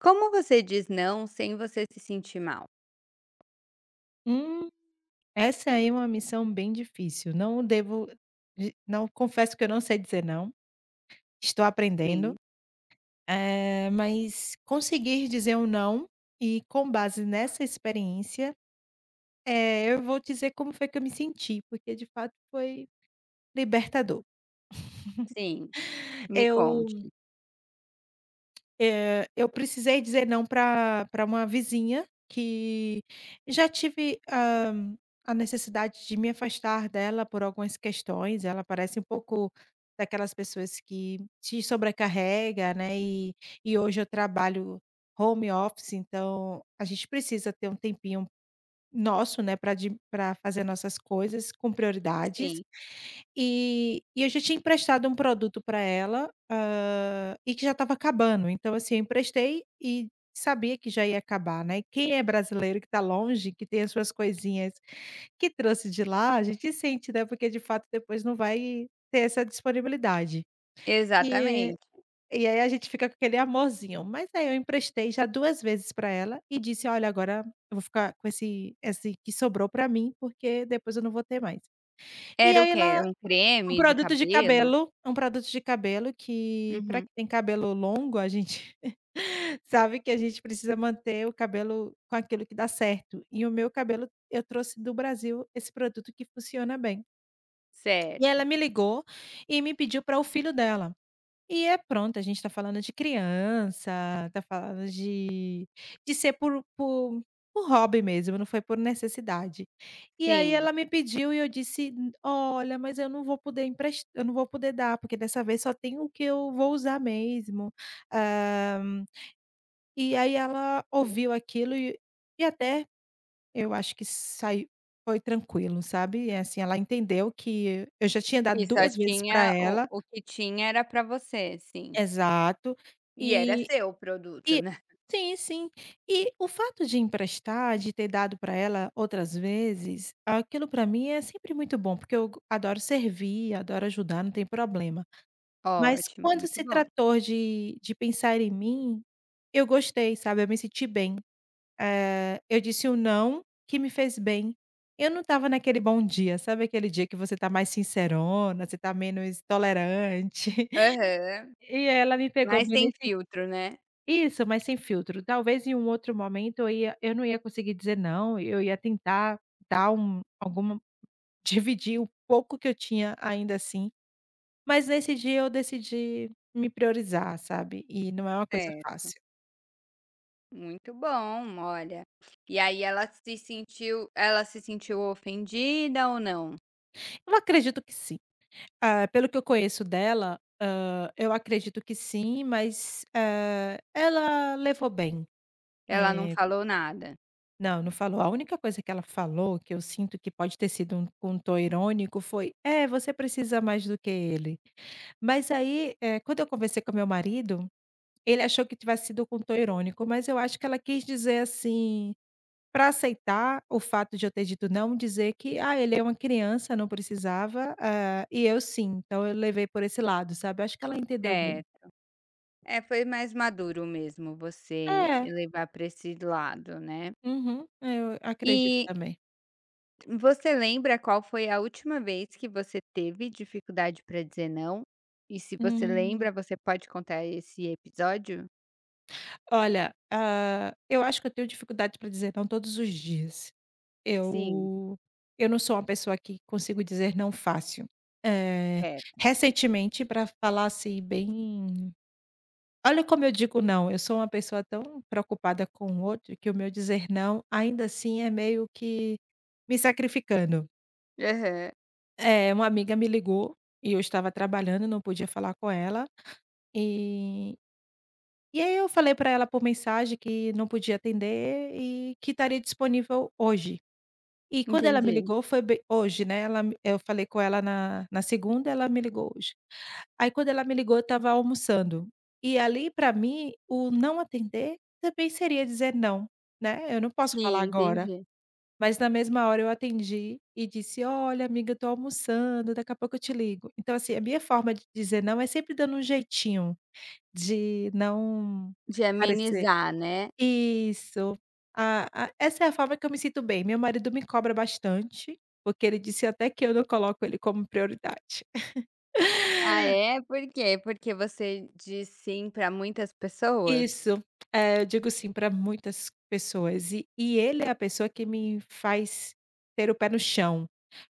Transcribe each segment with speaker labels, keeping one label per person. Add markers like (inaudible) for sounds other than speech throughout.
Speaker 1: Como você diz não sem você se sentir mal?
Speaker 2: Hum, essa aí é uma missão bem difícil, não devo de não confesso que eu não sei dizer não, estou aprendendo,
Speaker 1: Sim,
Speaker 2: mas conseguir dizer um não e com base nessa experiência, eu vou dizer como foi que eu me senti, porque de fato foi libertador.
Speaker 1: sim, me
Speaker 2: Eu
Speaker 1: conte.
Speaker 2: eu precisei dizer não para uma vizinha que já tive, a necessidade de me afastar dela por algumas questões. Ela parece um pouco daquelas pessoas que te sobrecarrega, né, e hoje eu trabalho home office, então a gente precisa ter um tempinho nosso, né, para de pra fazer nossas coisas com
Speaker 1: Sim.
Speaker 2: prioridades. E eu já tinha emprestado um produto para ela, e que já estava acabando, então, assim, eu emprestei e sabia que já ia acabar, né. E quem é brasileiro que está longe, que tem as suas coisinhas que trouxe de lá, a gente sente, né, porque de fato depois não vai ter essa disponibilidade. E
Speaker 1: Exatamente.
Speaker 2: e aí a gente fica com aquele amorzinho, mas aí eu emprestei já 2 vezes para ela e disse: "Olha, agora eu vou ficar com esse que sobrou para mim, porque depois eu não vou ter mais". E
Speaker 1: Era o
Speaker 2: aí
Speaker 1: quê?
Speaker 2: ela
Speaker 1: Era um
Speaker 2: Um
Speaker 1: creme de
Speaker 2: produto de
Speaker 1: cabelo?
Speaker 2: cabelo, que pra
Speaker 1: Uhum,
Speaker 2: quem tem cabelo longo, a gente (laughs) sabe que a gente precisa manter o cabelo com aquilo que dá certo. E o meu cabelo, eu trouxe do Brasil esse produto que funciona bem. E ela
Speaker 1: certo.
Speaker 2: me ligou e me pediu para o filho dela. E é, pronto, a gente tá falando de criança, tá falando de ser por hobby mesmo, não foi por necessidade. E aí
Speaker 1: Sim,
Speaker 2: ela me pediu e eu disse: Olha, mas eu não vou poder dar, porque dessa vez só tem o que eu vou usar mesmo". Hã, e aí ela ouviu aquilo e até eu acho que saiu, foi tranquilo, sabe. É assim, ela entendeu que eu já tinha dado
Speaker 1: e só
Speaker 2: 2 vezes para
Speaker 1: tinha o
Speaker 2: ela.
Speaker 1: que tinha era pra você, sim.
Speaker 2: Exato.
Speaker 1: E era
Speaker 2: e
Speaker 1: seu o produto,
Speaker 2: E
Speaker 1: né.
Speaker 2: sim, sim. E o fato de emprestar, de ter dado para ela outras vezes, aquilo para mim é sempre muito bom, porque eu adoro servir, adoro ajudar, não tem problema. Mas
Speaker 1: Ótimo,
Speaker 2: quando
Speaker 1: muito
Speaker 2: se
Speaker 1: bom.
Speaker 2: tratou de pensar em mim, eu gostei, sabe, eu me senti bem. Eu disse o "não" que me fez bem. Eu não estava naquele bom dia, sabe, aquele dia que você tá mais sincerona, você tá menos tolerante. (laughs)
Speaker 1: Aham,
Speaker 2: E ela me pegou
Speaker 1: mas
Speaker 2: bem
Speaker 1: sem
Speaker 2: nesse
Speaker 1: filtro, né.
Speaker 2: isso, mas sem filtro. Talvez em um outro momento eu não ia conseguir dizer não, eu ia tentar dar um alguma (laughs) dividir o pouco que eu tinha ainda assim, mas nesse dia eu decidi me priorizar, sabe, e não é uma coisa
Speaker 1: Certo,
Speaker 2: fácil.
Speaker 1: muito bom, olha. E aí ela se sentiu ofendida ou não?
Speaker 2: Eu acredito que sim. Ah, pelo que eu conheço dela, eu acredito que sim, mas, ela levou bem.
Speaker 1: Ela não
Speaker 2: Eh
Speaker 1: falou nada?
Speaker 2: Não, não falou. A única coisa que ela falou, que eu sinto que pode ter sido um, com um tom irônico, foi: "É, você precisa mais do que ele". Mas aí, quando eu conversei com meu marido, ele achou que tivesse sido com tom irônico, mas eu acho que ela quis dizer assim, para aceitar o fato de eu ter dito não, dizer que: "Ah, ele é uma criança, não precisava, ah, e eu sim". Então eu levei por esse lado, sabe. Eu acho que ela entendeu bem.
Speaker 1: Certo. É, foi mais maduro mesmo você
Speaker 2: É.
Speaker 1: levar para esse lado, né.
Speaker 2: Uhum. Eu acredito
Speaker 1: E
Speaker 2: também.
Speaker 1: você lembra qual foi a última vez que você teve dificuldade para dizer não? E se você
Speaker 2: Hum.
Speaker 1: lembra, você pode contar esse episódio?
Speaker 2: Olha, ah, eu acho que eu tenho dificuldade para dizer não todos os dias.
Speaker 1: Sim,
Speaker 2: Eu eu não sou uma pessoa que consigo dizer não fácil. Eh,
Speaker 1: certo.
Speaker 2: Recentemente, para falar assim bem, olha como eu digo não, eu sou uma pessoa tão preocupada com o outro que o meu dizer não, ainda assim, é meio que me sacrificando.
Speaker 1: Aham,
Speaker 2: Uma amiga me ligou e eu estava trabalhando, não podia falar com ela, e E aí eu falei para ela por mensagem que não podia atender e que estaria disponível hoje. E quando ela me
Speaker 1: entendi.
Speaker 2: ligou foi bem hoje, né, ela me eu falei com ela na segunda, ela me ligou hoje. Aí quando ela me ligou eu estava almoçando. E ali para mim, o não atender também seria dizer não, né, eu não posso falar
Speaker 1: Sim,
Speaker 2: agora.
Speaker 1: entendi.
Speaker 2: Mas na mesma hora eu atendi e disse: "Olha amiga, eu tô almoçando, daqui a pouco eu te ligo". Então assim, a minha forma de dizer não é sempre dando um jeitinho de não
Speaker 1: De
Speaker 2: parecer
Speaker 1: amenizar, né.
Speaker 2: isso. A essa é a forma que eu me sinto bem. Meu marido me cobra bastante, porque ele disse até que eu não coloco ele como prioridade.
Speaker 1: Ah, é? Por quê? Porque você diz sim para muitas pessoas?
Speaker 2: Isso. Eu digo sim para muitas pessoas e ele é a pessoa que me faz ter o pé no chão.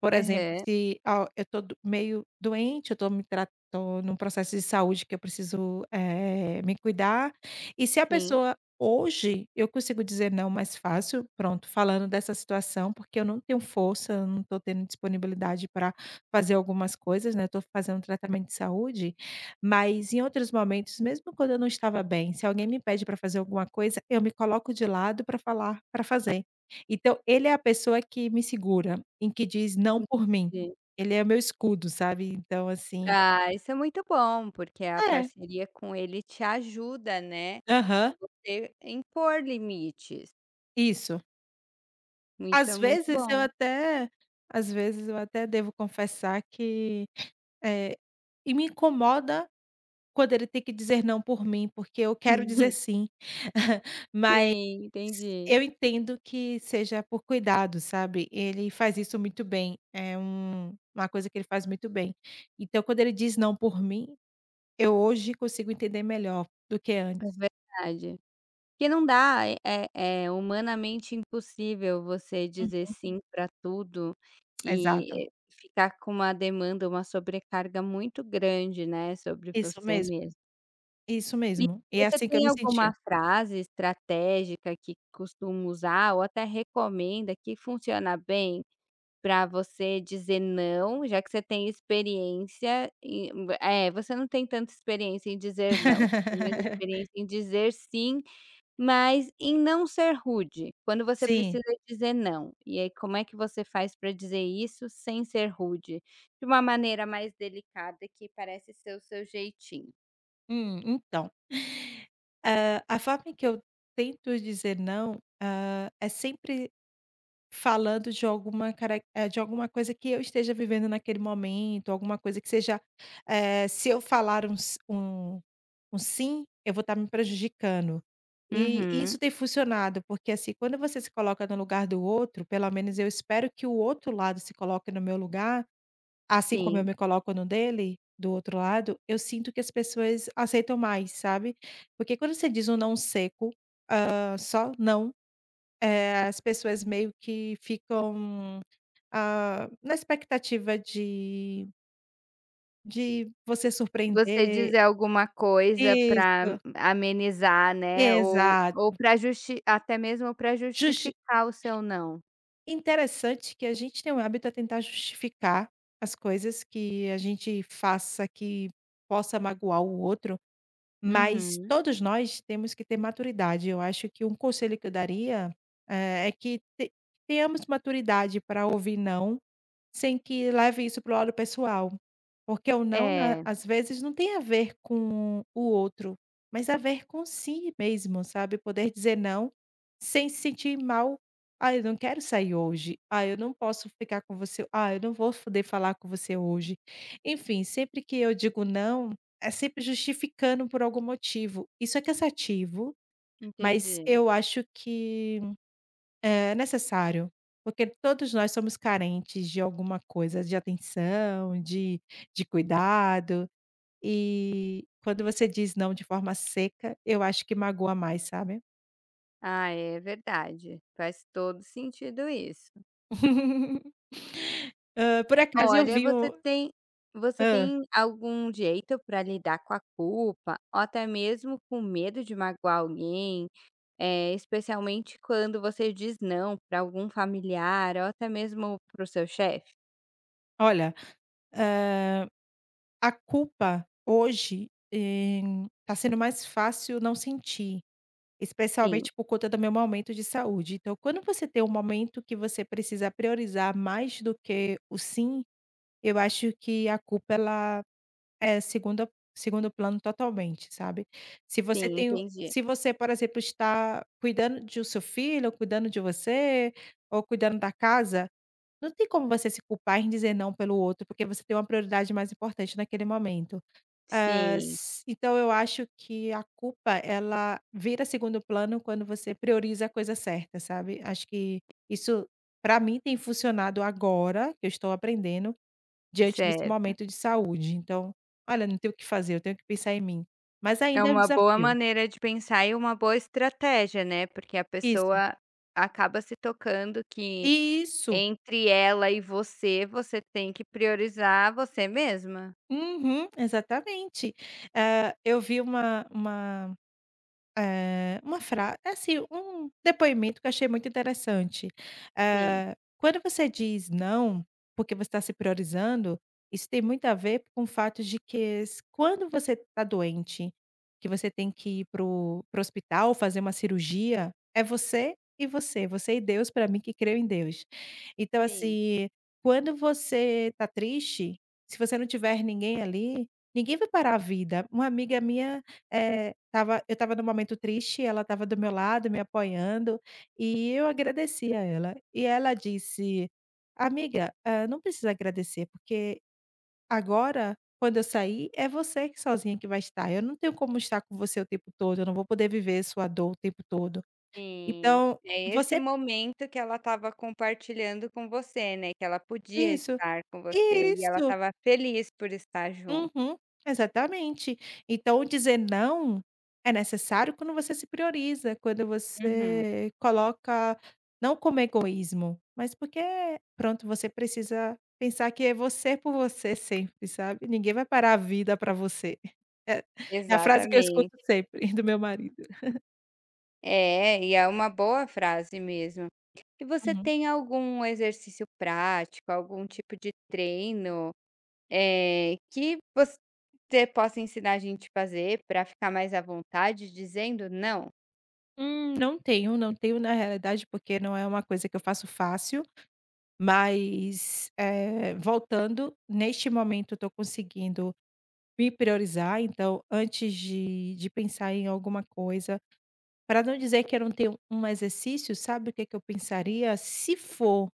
Speaker 2: Por exemplo,
Speaker 1: Aham,
Speaker 2: se, ah, eu tô do meio doente, eu tô me tra tô num processo de saúde que eu preciso, me cuidar, e se a
Speaker 1: sim,
Speaker 2: pessoa hoje eu consigo dizer não mais fácil, pronto, falando dessa situação, porque eu não tenho força, eu não tô tendo disponibilidade pra fazer algumas coisas, né, eu tô fazendo tratamento de saúde. Mas em outros momentos, mesmo quando eu não estava bem, se alguém me pede para fazer alguma coisa, eu me coloco de lado para falar, para fazer. Então ele é a pessoa que me segura, em que diz não por mim.
Speaker 1: entendi.
Speaker 2: Ele é o meu escudo, sabe. Então assim,
Speaker 1: Ah, isso é muito bom, porque a
Speaker 2: é.
Speaker 1: parceria com ele te ajuda, né, a
Speaker 2: Aham,
Speaker 1: você impor limites.
Speaker 2: isso.
Speaker 1: Isso é
Speaker 2: Às
Speaker 1: muito
Speaker 2: vezes eu
Speaker 1: bom.
Speaker 2: até às vezes eu até devo confessar que, eh, e me incomoda, quando ele tem que dizer não por mim, porque eu quero dizer
Speaker 1: (laughs)
Speaker 2: sim. (laughs) Mas
Speaker 1: Sim, entendi.
Speaker 2: eu entendo que seja por cuidado, sabe. Ele faz isso muito bem, é uma coisa que ele faz muito bem. Então quando ele diz não por mim, eu hoje consigo entender melhor do que
Speaker 1: É
Speaker 2: antes.
Speaker 1: verdade. Porque não dá, é humanamente impossível você dizer
Speaker 2: Uhum,
Speaker 1: sim para tudo
Speaker 2: exato.
Speaker 1: e ficar com uma demanda, uma sobrecarga muito grande, né, sobre
Speaker 2: Isso
Speaker 1: você
Speaker 2: mesmo,
Speaker 1: mesmo.
Speaker 2: isso
Speaker 1: E
Speaker 2: mesmo. E é
Speaker 1: você
Speaker 2: assim que eu
Speaker 1: tem
Speaker 2: me sentia.
Speaker 1: alguma frase estratégica que costuma usar ou até recomenda que funciona bem para você dizer não, já que você tem experiência em é, você não tem tanta experiência em dizer não, você tem mais
Speaker 2: (laughs)
Speaker 1: experiência em dizer sim, mas em não ser rude, quando você
Speaker 2: Sim.
Speaker 1: precisa dizer não. E aí como é que você faz para dizer isso sem ser rude? De uma maneira mais delicada que parece ser o seu jeitinho.
Speaker 2: Então, a forma em que eu tento dizer não, é sempre falando de alguma coisa que eu esteja vivendo naquele momento, alguma coisa que seja, se eu falar um s um um "sim", eu vou estar me prejudicando. E
Speaker 1: Uhum,
Speaker 2: isso tem funcionado, porque, assim, quando você se coloca no lugar do outro, pelo menos eu espero que o outro lado se coloque no meu lugar, assim como eu
Speaker 1: sim.
Speaker 2: me coloco no dele, do outro lado, eu sinto que as pessoas aceitam mais, sabe. Porque quando você diz um não seco, só "não", as pessoas meio que ficam ah, na expectativa de você
Speaker 1: Você
Speaker 2: surpreender.
Speaker 1: dizer alguma coisa para
Speaker 2: Isso,
Speaker 1: amenizar, né, ou
Speaker 2: exato.
Speaker 1: para justi até mesmo para
Speaker 2: Justi
Speaker 1: justificar o seu não.
Speaker 2: Interessante que a gente tem o hábito a tentar justificar as coisas que a gente faça que possa magoar o outro, mas
Speaker 1: Uhum.
Speaker 2: todos nós temos que ter maturidade. Eu acho que um conselho que eu daria, eh, é que te tenhamos maturidade para ouvir "não". Sem que leve isso para o lado pessoal. Porque o não, na
Speaker 1: É,
Speaker 2: às vezes, não tem a ver com o outro, mas a ver com si mesmo, sabe, poder dizer não, sem se sentir mal: "Ah, eu não quero sair hoje. Ah, eu não posso ficar com você. Ah, eu não vou poder falar com você hoje". Enfim, sempre que eu digo não, é sempre justificando por algum motivo. Isso é cansativo, mas
Speaker 1: entendi.
Speaker 2: eu acho que é necessário, porque todos nós somos carentes de alguma coisa, de atenção, de cuidado, e quando você diz não de forma seca, eu acho que magoa mais, sabe.
Speaker 1: Ah, é verdade, faz todo sentido isso.
Speaker 2: (laughs) Hã, por acaso eu
Speaker 1: Olha,
Speaker 2: vi o
Speaker 1: você tem
Speaker 2: hã,
Speaker 1: algum jeito para lidar com a culpa, ou até mesmo com medo de magoar alguém, especialmente quando você diz não para algum familiar ou até mesmo para o seu chefe?
Speaker 2: Olha, hã, a culpa hoje está sendo mais fácil não sentir,
Speaker 1: Sim.
Speaker 2: especialmente por conta do meu momento de saúde. Então, quando você tem um momento que você precisa priorizar mais do que o sim. Eu acho que a culpa ela é segunda segundo plano totalmente, sabe. Se você
Speaker 1: Sim,
Speaker 2: tem o,
Speaker 1: entendi.
Speaker 2: se você, por exemplo, está cuidando do seu filho, ou cuidando de você, ou cuidando da casa, não tem como você se culpar em dizer não pelo outro, porque você tem uma prioridade mais importante naquele momento. Hã,
Speaker 1: Sim,
Speaker 2: s Então eu acho que a culpa ela vira segundo plano quando você prioriza a coisa certa, sabe. Acho que isso para mim tem funcionado agora, que eu estou aprendendo, diante desse
Speaker 1: certo.
Speaker 2: momento de saúde. Então, olha, não tenho o que fazer, eu tenho que pensar em mim, mas
Speaker 1: É
Speaker 2: ainda é um
Speaker 1: uma boa
Speaker 2: desafio.
Speaker 1: maneira de pensar e uma boa estratégia, né, porque a
Speaker 2: Isso,
Speaker 1: pessoa acaba se tocando que
Speaker 2: isso,
Speaker 1: entre ela e você, você tem que priorizar você mesma.
Speaker 2: uhum, exatamente. Hã, eu vi uma frase assim, um depoimento que eu achei muito interessante.
Speaker 1: Sim,
Speaker 2: Quando você diz "não", porque você está se priorizando, isso tem muito a ver com o fato de que s quando você está doente, que você tem que ir para o hospital, fazer uma cirurgia, é você e você, você e Deus, para mim que creio em Deus. Então
Speaker 1: sim,
Speaker 2: assim, quando você está triste, se você não tiver ninguém ali, ninguém vai parar a vida. Uma amiga minha estava eu estava num momento triste, ela estava do meu lado, me apoiando, e eu agradeci a ela. E ela disse: "Amiga, não precisa agradecer, porque agora, quando eu sair, é você que sozinha que vai estar. Eu não tenho como estar com você o tempo todo, eu não vou poder viver sua dor o tempo todo.
Speaker 1: sim.
Speaker 2: Então,
Speaker 1: É esse
Speaker 2: você".
Speaker 1: momento que ela estava compartilhando com você, né, que ela podia
Speaker 2: Isso,
Speaker 1: estar com você e ela
Speaker 2: isso.
Speaker 1: estava feliz por estar junto.
Speaker 2: Uhum, exatamente. Então dizer não é necessário quando você se prioriza, quando
Speaker 1: Uhum,
Speaker 2: você coloca não como egoísmo, mas porque, pronto, você precisa pensar que é você por você sempre, sabe. Ninguém vai parar a vida para você. É é a frase que eu escuto
Speaker 1: exatamente.
Speaker 2: sempre (laughs) do meu marido.
Speaker 1: É, e é uma boa frase mesmo. E você
Speaker 2: Uhum.
Speaker 1: tem algum exercício prático, algum tipo de treino, que você possa ensinar a gente a fazer para ficar mais à vontade dizendo não?
Speaker 2: Não tenho, não tenho na realidade, porque não é uma coisa que eu faço fácil, mas, voltando, neste momento eu tô conseguindo me priorizar. Então, antes de pensar em alguma coisa, para não dizer que eu não tenho um exercício, sabe o que que eu pensaria? Se for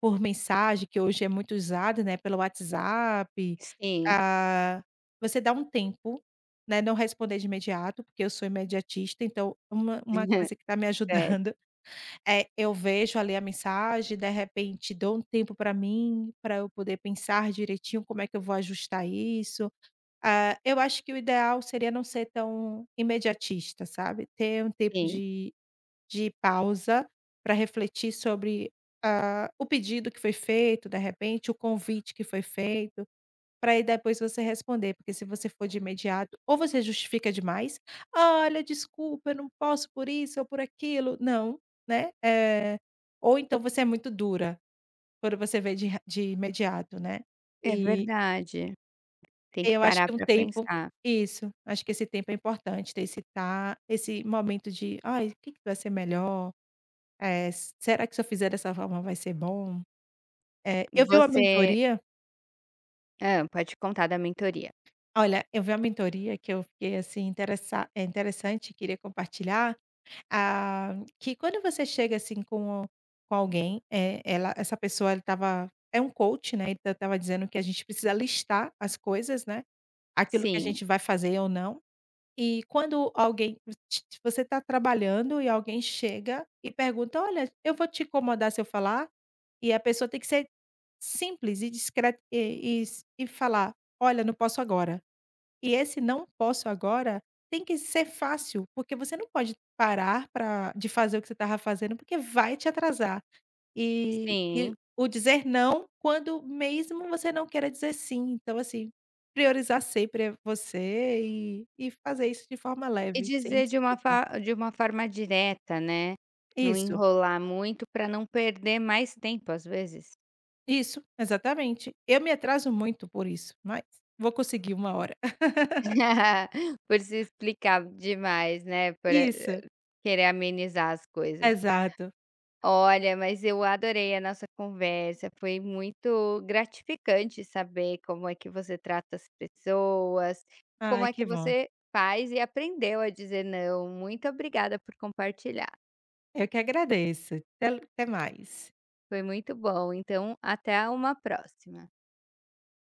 Speaker 2: por mensagem, que hoje é muito usado, né, pelo WhatsApp,
Speaker 1: Sim.
Speaker 2: ah, você dá um tempo, né, não responder de imediato, porque eu sou imediatista, então uma
Speaker 1: (laughs)
Speaker 2: coisa que está me
Speaker 1: É,
Speaker 2: ajudando (laughs) é eu vejo ali a mensagem, de repente dou um tempo para mim, para eu poder pensar direitinho como é que eu vou ajustar isso. Ah, eu acho que o ideal seria não ser tão imediatista, sabe, ter um tempo
Speaker 1: sim.
Speaker 2: de pausa para refletir sobre, o pedido que foi feito, de repente, o convite que foi feito, para aí depois você responder, porque se você for de imediato, ou você justifica demais: "Olha, desculpa, eu não posso por isso ou por aquilo". Não, né, ou então você é muito dura, quando você vê de imediato, né,
Speaker 1: É
Speaker 2: e
Speaker 1: verdade. Tem que
Speaker 2: eu acho
Speaker 1: parar
Speaker 2: que um
Speaker 1: para
Speaker 2: tempo,
Speaker 1: pensar.
Speaker 2: isso, acho que esse tempo é importante, ter esse momento de: "Ai, o que que vai ser melhor? Eh, Será que se eu fizer dessa forma vai ser bom?". Eh, eu vi uma
Speaker 1: Você
Speaker 2: mentoria
Speaker 1: pode contar da mentoria.
Speaker 2: Olha, eu vi uma mentoria que eu fiquei, assim, interessante, queria compartilhar, ah, que quando você chega, assim, com alguém, eh, ela essa pessoa ela estava é um coach, né, então estava dizendo que a gente precisa listar as coisas, né, aquilo que a
Speaker 1: Sim,
Speaker 2: gente vai fazer ou não. E quando alguém você está trabalhando e alguém chega e pergunta: "Olha, eu vou te incomodar se eu falar?" E a pessoa tem que ser simples e discreta e falar: "Olha, não posso agora". E esse "não posso agora" tem que ser fácil, porque você não pode parar pra de fazer o que você estava fazendo, porque vai te atrasar. E
Speaker 1: sim.
Speaker 2: o dizer não quando mesmo você não queira dizer sim. Então assim, priorizar sempre é você e fazer isso de forma
Speaker 1: E
Speaker 2: leve, sem
Speaker 1: dizer
Speaker 2: se
Speaker 1: de uma
Speaker 2: culpar.
Speaker 1: fa de uma forma direta, né, não
Speaker 2: Isso,
Speaker 1: enrolar muito para não perder mais tempo, às vezes.
Speaker 2: isso, exatamente. Eu me atraso muito por isso, mas vou conseguir uma hora. (laughs)
Speaker 1: (laughs) Por se explicar demais, né, por
Speaker 2: Isso,
Speaker 1: querer amenizar as coisas.
Speaker 2: exato.
Speaker 1: Olha, mas eu adorei a nossa conversa, foi muito gratificante saber como é que você trata as pessoas, como
Speaker 2: Ai,
Speaker 1: é
Speaker 2: que
Speaker 1: que
Speaker 2: bom.
Speaker 1: você faz e aprendeu a dizer não. Muito obrigada por compartilhar,
Speaker 2: Eu que agradeço. Até mais.
Speaker 1: foi muito bom, então até uma próxima.